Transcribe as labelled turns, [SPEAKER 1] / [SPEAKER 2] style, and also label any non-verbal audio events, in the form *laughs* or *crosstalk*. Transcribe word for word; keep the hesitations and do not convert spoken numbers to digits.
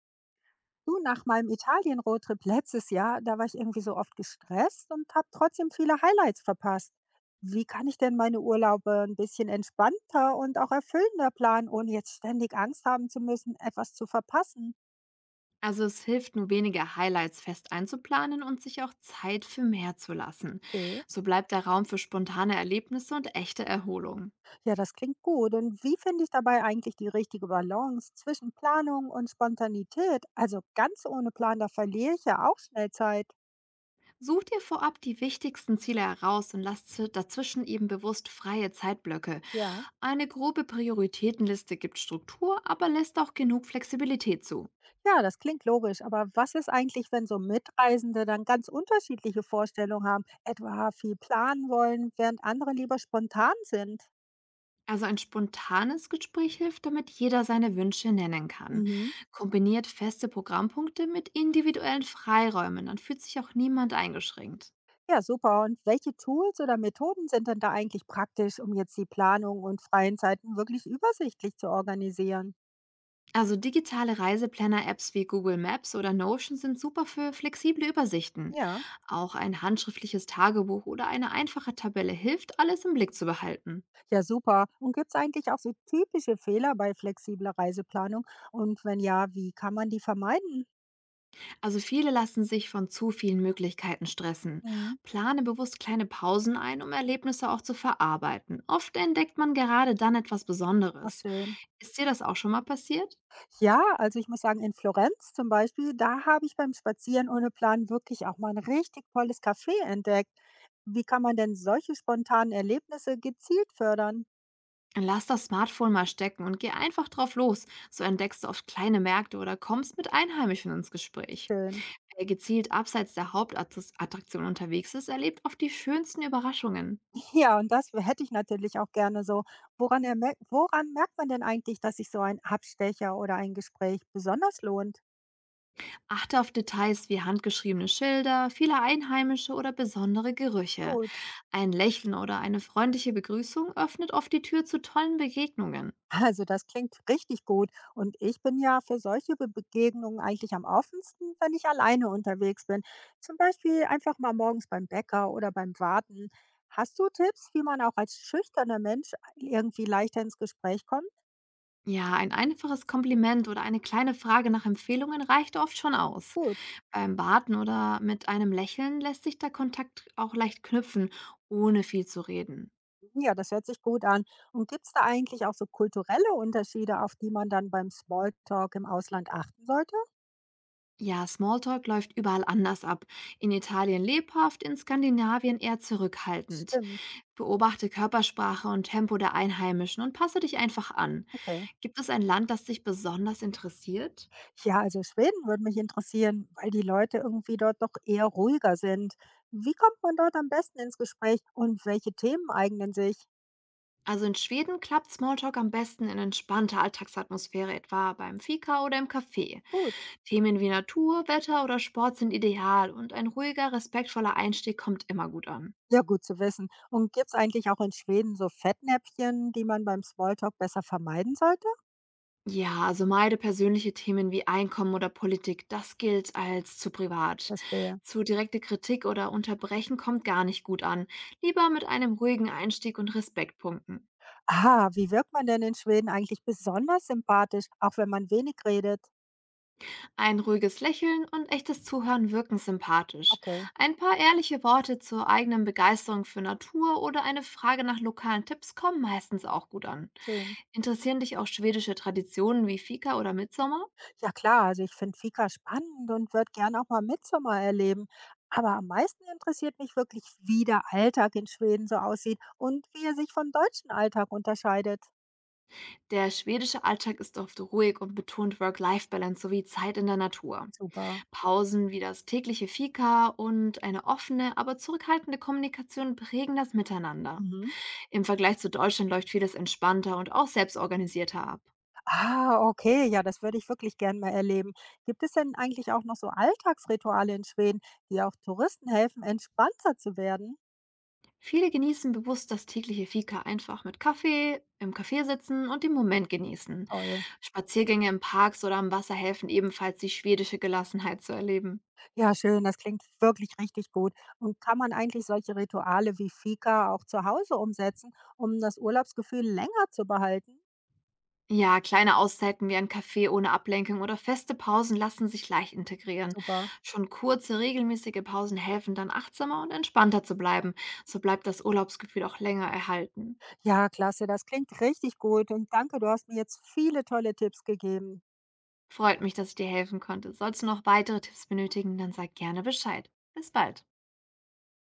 [SPEAKER 1] Du, nach meinem Italien-Roadtrip letztes Jahr, da war ich irgendwie so oft gestresst und habe trotzdem viele Highlights verpasst. Wie kann ich denn meine Urlaube ein bisschen entspannter und auch erfüllender planen, ohne jetzt ständig Angst haben zu müssen, etwas zu verpassen?
[SPEAKER 2] Also es hilft, nur wenige Highlights fest einzuplanen und sich auch Zeit für mehr zu lassen.
[SPEAKER 1] Okay,
[SPEAKER 2] So bleibt der Raum für spontane Erlebnisse und echte Erholung.
[SPEAKER 1] ja, das klingt gut. Und wie finde ich dabei eigentlich die richtige Balance zwischen Planung und Spontanität? Also ganz ohne Plan, da verliere ich ja auch schnell Zeit.
[SPEAKER 2] Such dir vorab die wichtigsten Ziele heraus und lass zw- dazwischen eben bewusst freie Zeitblöcke.
[SPEAKER 1] Ja.
[SPEAKER 2] Eine grobe Prioritätenliste gibt Struktur, aber lässt auch genug Flexibilität zu.
[SPEAKER 1] Ja, das klingt logisch, aber was ist eigentlich, wenn so Mitreisende dann ganz unterschiedliche Vorstellungen haben, etwa viel planen wollen, während andere lieber spontan sind?
[SPEAKER 2] Also ein spontanes Gespräch hilft, damit jeder seine Wünsche nennen kann.
[SPEAKER 1] Mhm.
[SPEAKER 2] Kombiniert feste Programmpunkte mit individuellen Freiräumen, dann fühlt sich auch niemand eingeschränkt.
[SPEAKER 1] Ja, super. Und welche Tools oder Methoden sind denn da eigentlich praktisch, um jetzt die Planung und freien Zeiten wirklich übersichtlich zu organisieren?
[SPEAKER 2] Also digitale Reiseplanner-Apps wie Google Maps oder Notion sind super für flexible Übersichten.
[SPEAKER 1] Ja,
[SPEAKER 2] Auch ein handschriftliches Tagebuch oder eine einfache Tabelle hilft, alles im Blick zu behalten.
[SPEAKER 1] ja, super. Und gibt es eigentlich auch so typische Fehler bei flexibler Reiseplanung? Und wenn ja, wie kann man die vermeiden?
[SPEAKER 2] Also viele lassen sich von zu vielen Möglichkeiten stressen.
[SPEAKER 1] Mhm.
[SPEAKER 2] Plane bewusst kleine Pausen ein, um Erlebnisse auch zu verarbeiten. Oft entdeckt man gerade dann etwas
[SPEAKER 1] Ach,
[SPEAKER 2] Besonderes.
[SPEAKER 1] schön.
[SPEAKER 2] Ist dir das auch schon mal passiert?
[SPEAKER 1] Ja, also ich muss sagen, in Florenz zum Beispiel, da habe ich beim Spazieren ohne Plan wirklich auch mal ein richtig tolles Café entdeckt. Wie kann man denn solche spontanen Erlebnisse gezielt fördern?
[SPEAKER 2] Lass das Smartphone mal stecken und geh einfach drauf los. So entdeckst du oft kleine Märkte oder kommst mit Einheimischen ins Gespräch.
[SPEAKER 1] Schön.
[SPEAKER 2] Wer gezielt abseits der Hauptattraktion unterwegs ist, erlebt oft die schönsten Überraschungen.
[SPEAKER 1] *laughs* Ja, und das hätte ich natürlich auch gerne so. Woran, erme- woran merkt man denn eigentlich, dass sich so ein Abstecher oder ein Gespräch besonders lohnt?
[SPEAKER 2] Achte auf Details wie handgeschriebene Schilder, viele Einheimische oder besondere Gerüche.
[SPEAKER 1] Gut.
[SPEAKER 2] Ein Lächeln oder eine freundliche Begrüßung öffnet oft die Tür zu tollen Begegnungen.
[SPEAKER 1] Also das klingt richtig gut. Und ich bin ja für solche Be Begegnungen eigentlich am offensten, wenn ich alleine unterwegs bin. Zum Beispiel einfach mal morgens beim Bäcker oder beim Warten. Hast du Tipps, wie man auch als schüchterner Mensch irgendwie leichter ins Gespräch kommt?
[SPEAKER 2] Ja, ein einfaches Kompliment oder eine kleine Frage nach Empfehlungen reicht oft schon aus.
[SPEAKER 1] Gut,
[SPEAKER 2] Beim Warten oder mit einem Lächeln lässt sich der Kontakt auch leicht knüpfen, ohne viel zu reden.
[SPEAKER 1] ja, das hört sich gut an. Und gibt es da eigentlich auch so kulturelle Unterschiede, auf die man dann beim Smalltalk im Ausland achten sollte?
[SPEAKER 2] Ja, Smalltalk läuft überall anders ab. In Italien lebhaft, in Skandinavien eher zurückhaltend.
[SPEAKER 1] Stimmt,
[SPEAKER 2] Beobachte Körpersprache und Tempo der Einheimischen und passe dich einfach an.
[SPEAKER 1] okay.
[SPEAKER 2] Gibt es ein Land, das dich besonders interessiert?
[SPEAKER 1] Ja, also Schweden würde mich interessieren, weil die Leute irgendwie dort doch eher ruhiger sind. Wie kommt man dort am besten ins Gespräch und welche Themen eignen sich?
[SPEAKER 2] Also in Schweden klappt Smalltalk am besten in entspannter Alltagsatmosphäre, etwa beim Fika oder im Café.
[SPEAKER 1] Gut,
[SPEAKER 2] Themen wie Natur, Wetter oder Sport sind ideal und ein ruhiger, respektvoller Einstieg kommt immer gut an.
[SPEAKER 1] ja gut zu wissen. Und gibt es eigentlich auch in Schweden so Fettnäpfchen, die man beim Smalltalk besser vermeiden sollte?
[SPEAKER 2] Ja, also meide persönliche Themen wie Einkommen oder Politik. Das gilt als zu privat.
[SPEAKER 1] Verstehe.
[SPEAKER 2] Zu direkte Kritik oder Unterbrechen kommt gar nicht gut an. Lieber mit einem ruhigen Einstieg und Respektpunkten.
[SPEAKER 1] Ah, wie wirkt man denn in Schweden eigentlich besonders sympathisch, auch wenn man wenig redet?
[SPEAKER 2] Ein ruhiges Lächeln und echtes Zuhören wirken sympathisch.
[SPEAKER 1] Okay,
[SPEAKER 2] Ein paar ehrliche Worte zur eigenen Begeisterung für Natur oder eine Frage nach lokalen Tipps kommen meistens auch gut an.
[SPEAKER 1] schön.
[SPEAKER 2] Interessieren dich auch schwedische Traditionen wie Fika oder Mitsommer?
[SPEAKER 1] Ja klar, also ich finde Fika spannend und würde gern auch mal Midsommar erleben. Aber am meisten interessiert mich wirklich, wie der Alltag in Schweden so aussieht und wie er sich vom deutschen Alltag unterscheidet.
[SPEAKER 2] Der schwedische Alltag ist oft ruhig und betont Work-Life-Balance sowie Zeit in der Natur.
[SPEAKER 1] Super.
[SPEAKER 2] Pausen wie das tägliche Fika und eine offene, aber zurückhaltende Kommunikation prägen das Miteinander.
[SPEAKER 1] Mhm.
[SPEAKER 2] Im Vergleich zu Deutschland läuft vieles entspannter und auch selbstorganisierter ab.
[SPEAKER 1] Ah, okay, ja, das würde ich wirklich gern mal erleben. Gibt es denn eigentlich auch noch so Alltagsrituale in Schweden, die auch Touristen helfen, entspannter zu werden?
[SPEAKER 2] Viele genießen bewusst das tägliche Fika einfach mit Kaffee, im Café sitzen und den Moment genießen.
[SPEAKER 1] Toll.
[SPEAKER 2] Spaziergänge in Parks oder am Wasser helfen ebenfalls, die schwedische Gelassenheit zu erleben.
[SPEAKER 1] Ja, schön, das klingt wirklich richtig gut. Und kann man eigentlich solche Rituale wie Fika auch zu Hause umsetzen, um das Urlaubsgefühl länger zu behalten?
[SPEAKER 2] Ja, kleine Auszeiten wie ein Kaffee ohne Ablenkung oder feste Pausen lassen sich leicht integrieren.
[SPEAKER 1] Super.
[SPEAKER 2] Schon kurze, regelmäßige Pausen helfen dann achtsamer und entspannter zu bleiben. So bleibt das Urlaubsgefühl auch länger erhalten.
[SPEAKER 1] Ja, klasse, das klingt richtig gut. Und danke, du hast mir jetzt viele tolle Tipps gegeben.
[SPEAKER 2] Freut mich, dass ich dir helfen konnte. Sollst du noch weitere Tipps benötigen, dann sag gerne Bescheid. Bis bald.